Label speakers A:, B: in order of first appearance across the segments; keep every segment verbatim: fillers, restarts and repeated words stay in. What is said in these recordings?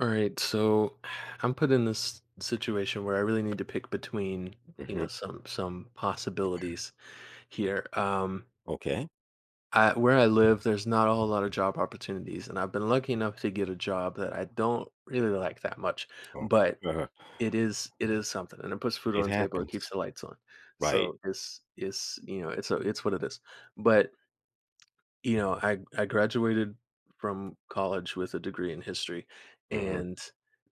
A: All right, so I'm put in this situation where I really need to pick between, you know,
B: Mhm.
A: some some possibilities here. Um,
B: Okay.
A: I, where I live, there's not a whole lot of job opportunities, and I've been lucky enough to get a job that I don't really like that much,
B: Okay.
A: but
B: Uh-huh.
A: it is it is something, and it puts food
B: It
A: on the table, it keeps
B: happens.
A: the lights on.
B: Right.
A: So it's it's you know it's a, it's what it is. But you know, I I graduated from college with a degree in history,
B: Mhm.
A: and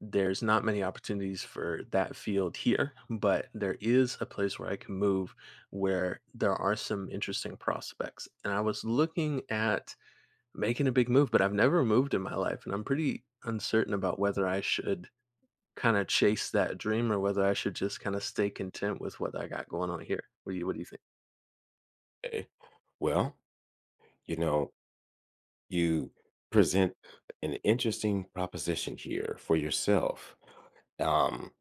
A: there's not many opportunities for that field here, but there is a place where I can move where there are some interesting prospects. And I was looking at making a big move, but I've never moved in my life, and I'm pretty uncertain about whether I should kind of chase that dream or whether I should just kind of stay content with what I got going on here. What do you what do you think?
B: Eh, well, you know, you present an interesting proposition here for yourself. Um,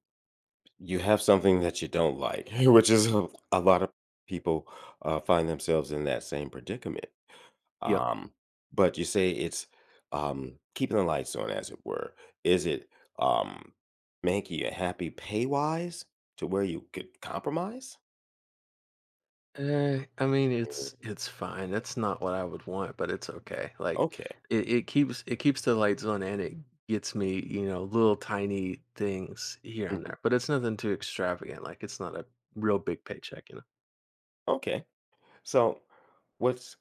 B: you have something that you don't like, which is a a lot of people, uh, find themselves in that same predicament.
A: Yeah.
B: Um, but you say it's, um, keeping the lights on, as it were. Is it, um, making you happy pay-wise to where you could compromise?
A: Eh, I mean,
B: Mm.
A: it's it's fine. That's not what I would want, but it's okay. Like
B: Okay.
A: it, it keeps it keeps the lights on and it gets me, you know, little tiny things here and
B: Mhm.
A: there. But it's nothing too extravagant. Like it's not a real big paycheck, you know.
B: Okay. So, what's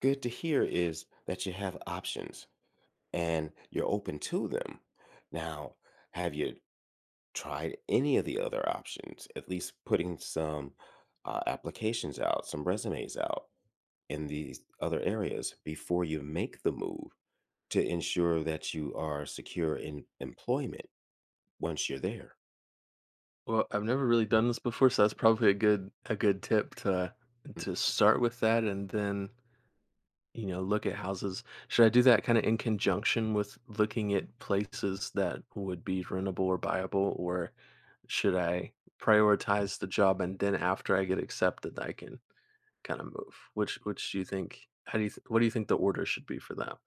B: good to hear is that you have options and you're open to them. Now, have you tried any of the other options? At least putting some uh, applications out, some resumes out in these other areas before you make the move to ensure that you are secure in employment once you're there.
A: Well, I've never really done this before, so that's probably a good a good tip to
B: Mm.
A: to start with that and then you know, look at houses. Should I do that kind of in conjunction with looking at places that would be rentable or buyable, or should I prioritize the job and then after I get accepted, I can kind of move? Which which do you think? How do you th- what do you think the order should be for that?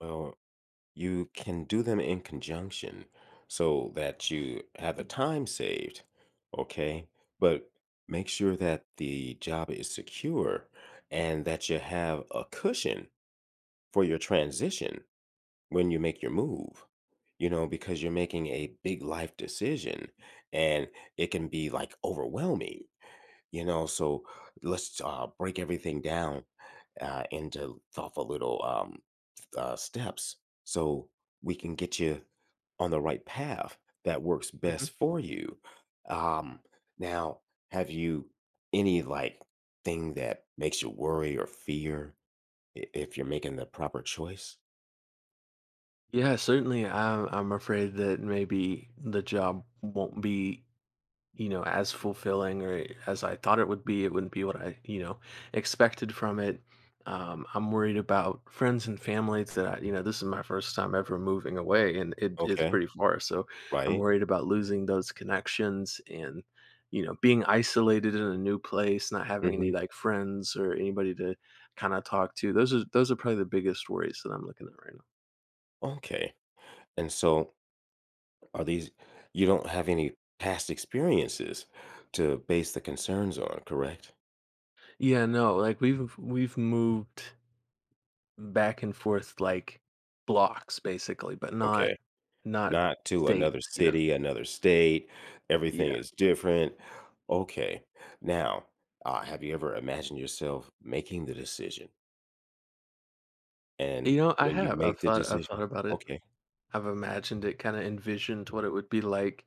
B: Well, you can do them in conjunction so that you have the time saved, okay? But make sure that the job is secure and that you have a cushion for your transition when you make your move, you know, because you're making a big life decision and it can be like overwhelming, you know. So let's uh, break everything down uh, into thoughtful little um, uh, steps so we can get you on the right path that works best
A: hmm
B: for you. Um, now, have you any like thing that makes you worry or fear i- if you're making the proper choice?
A: Yeah, certainly. I'm I'm afraid that maybe the job won't be you know, as fulfilling or as I thought it would be. It wouldn't be what I, you know, expected from it. Um, I'm worried about friends and family that I, you know, this is my first time ever moving away and it is
B: Okay,
A: pretty far. So I'm
B: right.
A: worried about losing those connections and, you know, being isolated in a new place, not having any
B: Mhm.
A: like friends or anybody to kind of talk to. Those are those are probably the biggest worries that I'm looking at right now.
B: Okay. And so are these, you don't have any past experiences to base the concerns on, correct?
A: Yeah, no, like we've we've moved back and forth, like, blocks basically, but not
B: Okay.
A: not
B: Not to another
A: states, you know?
B: city, another state, everything
A: Yeah.
B: is different. Okay. Now, uh, have you ever imagined yourself making the decision? And
A: You know, I
B: when you
A: have, I've
B: make the
A: thought I've thought
B: decision,
A: about it.
B: okay.
A: I've imagined it, kinda envisioned what it would be like,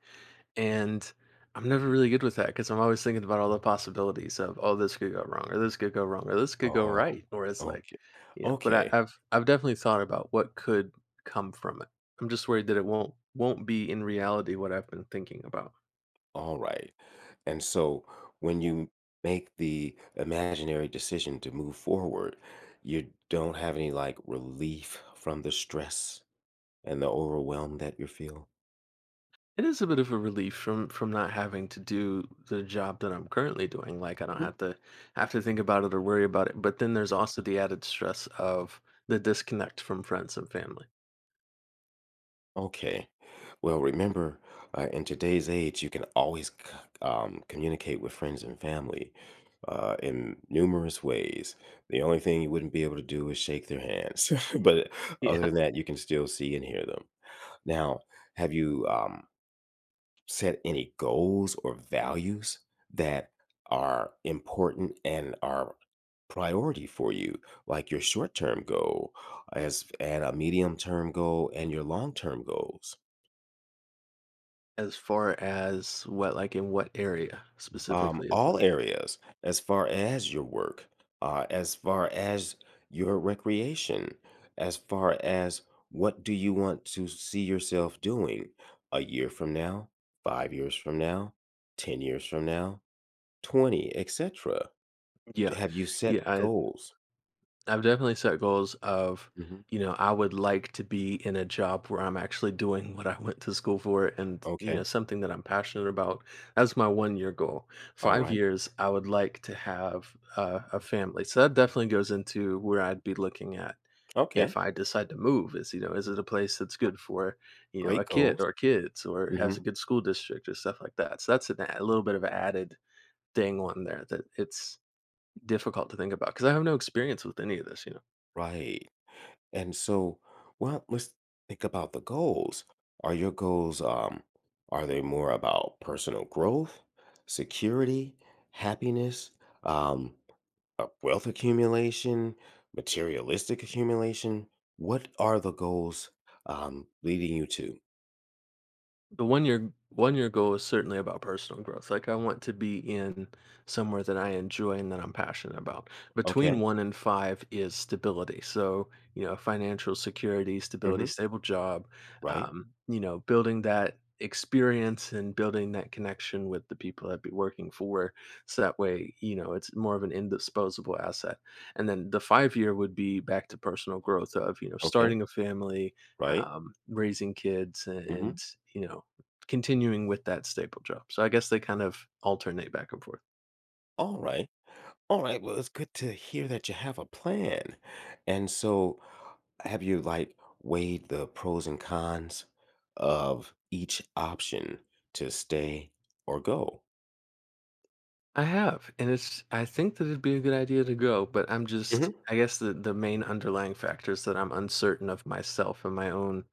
A: and I'm never really good with that because 'cause I'm always thinking about all the possibilities of, "Oh, this could go wrong, or this could go wrong, or this could go
B: Oh,
A: right," or it's like,
B: okay.
A: you know but I
B: Okay.
A: I've I've definitely thought about what could come from it. I'm just worried that it won't won't be in reality what I've been thinking about.
B: All right. And so when you make the imaginary decision to move forward, you don't have any like relief from the stress and the overwhelm that you feel.
A: It is a bit of a relief from from not having to do the job that I'm currently doing. Like I don't
B: Mhm.
A: have to have to think about it or worry about it. But then there's also the added stress of the disconnect from friends and family.
B: Okay. Well, remember, uh, in today's age, you can always c- um, communicate with friends and family uh, in numerous ways. The only thing you wouldn't be able to do is shake their hands. But other
A: Yeah.
B: than that, you can still see and hear them. Now, have you, Um, set any goals or values that are important and are priority for you, like your short-term goal as and a medium-term goal and your long-term goals.
A: As far as what like, in what area
B: um
A: specifically of
B: all
A: this?
B: areas, as far as your work, uh as far as your recreation, as far as what do you want to see yourself doing a year from now, five years from now, ten years from now, twenty, et cetera. D
A: Yeah.
B: Have you set
A: Yeah, I
B: goals?
A: I've definitely set goals of,
B: Mhm.
A: you know, I would like to be in a job where I'm actually doing what I went to school for and, you know,
B: Okay.
A: something that I'm passionate about. That's my one year goal. Five
B: Alright.
A: years, I would like to have uh, a family. So that definitely goes into where I'd be looking at
B: Okay.
A: if I decide to move is, you know, is it a place that's good for, you know, a
B: Great
A: kid
B: goals.
A: or kids or has a
B: Mhm.
A: good school district or stuff like that. So that's an, a little bit of an added thing on there that it's difficult to think about because I have no experience with any of this, you know.
B: Right. And so, well, let's think about the goals. Are your goals, um, are they more about personal growth, security, happiness, um, uh, wealth accumulation, materialistic accumulation? What are the goals, um, leading you to?
A: The one year one year goal is certainly about personal growth. Like I want to be in somewhere that I enjoy and that I'm passionate about. Between
B: Okay.
A: one and five is stability. So, you know, financial security, stability,
B: Mhm.
A: stable job,
B: Right.
A: um, you know, building that experience and building that connection with the people I'd be working for. So that way, you know, it's more of an indisposable asset. And then the five year would be back to personal growth of, you know,
B: Okay.
A: starting a family,
B: Right.
A: um, raising kids and, and
B: Mhm.
A: you know continuing with that staple job. So I guess they kind of alternate back and forth.
B: Alright. All right, well, it's good to hear that you have a plan. And so, have you like weighed the pros and cons of each option to stay or go?
A: I have, and it's I think that it'd be a good idea to go, but I'm just
B: Hmm.
A: I guess the the main underlying factor is that I'm uncertain of myself and my own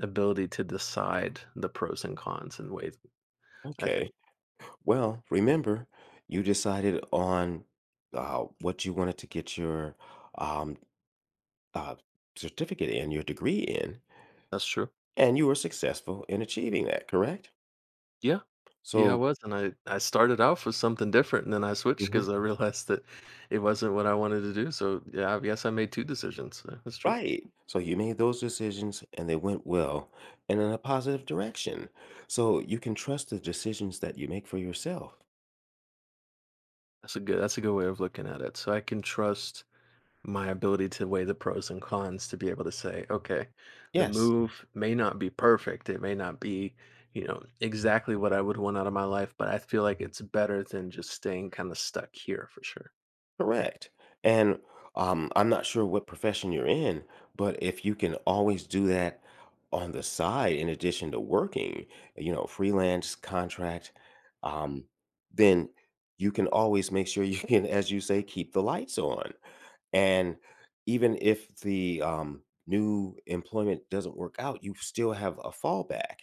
A: ability to decide the pros and cons and weight. I
B: Okay.
A: think.
B: Well, remember, you decided on uh, what you wanted to get your um, uh, certificate in, your degree in,
A: That's true.
B: and you were successful in achieving that, correct?
A: Yeah. Yeah, I
B: So,
A: was, and I I started off with something different, and then I switched
B: Mhm.
A: because I realized that it wasn't what I wanted to do. So yeah, I guess I made two decisions. Yeah, that's true.
B: Right. So you made those decisions and they went well and in a positive direction. So you can trust the decisions that you make for yourself.
A: That's a good that's a good way of looking at it. So I can trust my ability to weigh the pros and cons to be able to say, okay, the
B: Yes,
A: move may not be perfect. It may not be, you know, exactly what I would want out of my life, but I feel like it's better than just staying kind of stuck here for sure.
B: correct. And um, I'm not sure what profession you're in, but if you can always do that on the side, in addition to working, you know, freelance contract, um, then you can always make sure you can, as you say, keep the lights on And even if the um, new employment doesn't work out, you still have a fallback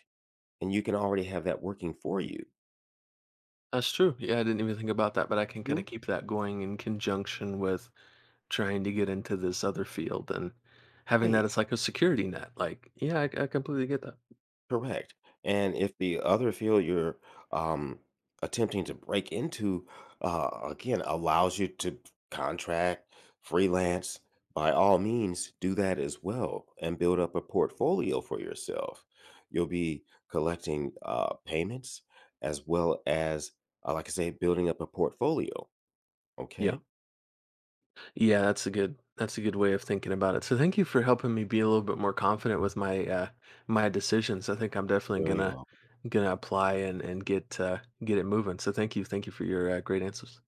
B: and you can already have that working for you.
A: That's true. Yeah, I didn't even think about that, but I can kind
B: Mhm.
A: of keep that going in conjunction with trying to get into this other field and having that
B: Right.
A: as like a security net. Like, yeah, I, I completely get that.
B: Correct, and if the other field you're, um, attempting to break into, uh, again, allows you to contract, freelance, by all means, do that as well and build up a portfolio for yourself. You'll be collecting, uh, payments as well as, uh, like I say, building up a portfolio,
A: Yeah.
B: okay?
A: Yeah, that's a good that's a good way of thinking about it. So thank you for helping me be a little bit more confident with my uh my decisions. I think I'm definitely
B: Very
A: gonna
B: well.
A: gonna apply and and get uh get it moving. So thank you, thank you for your uh, great answers.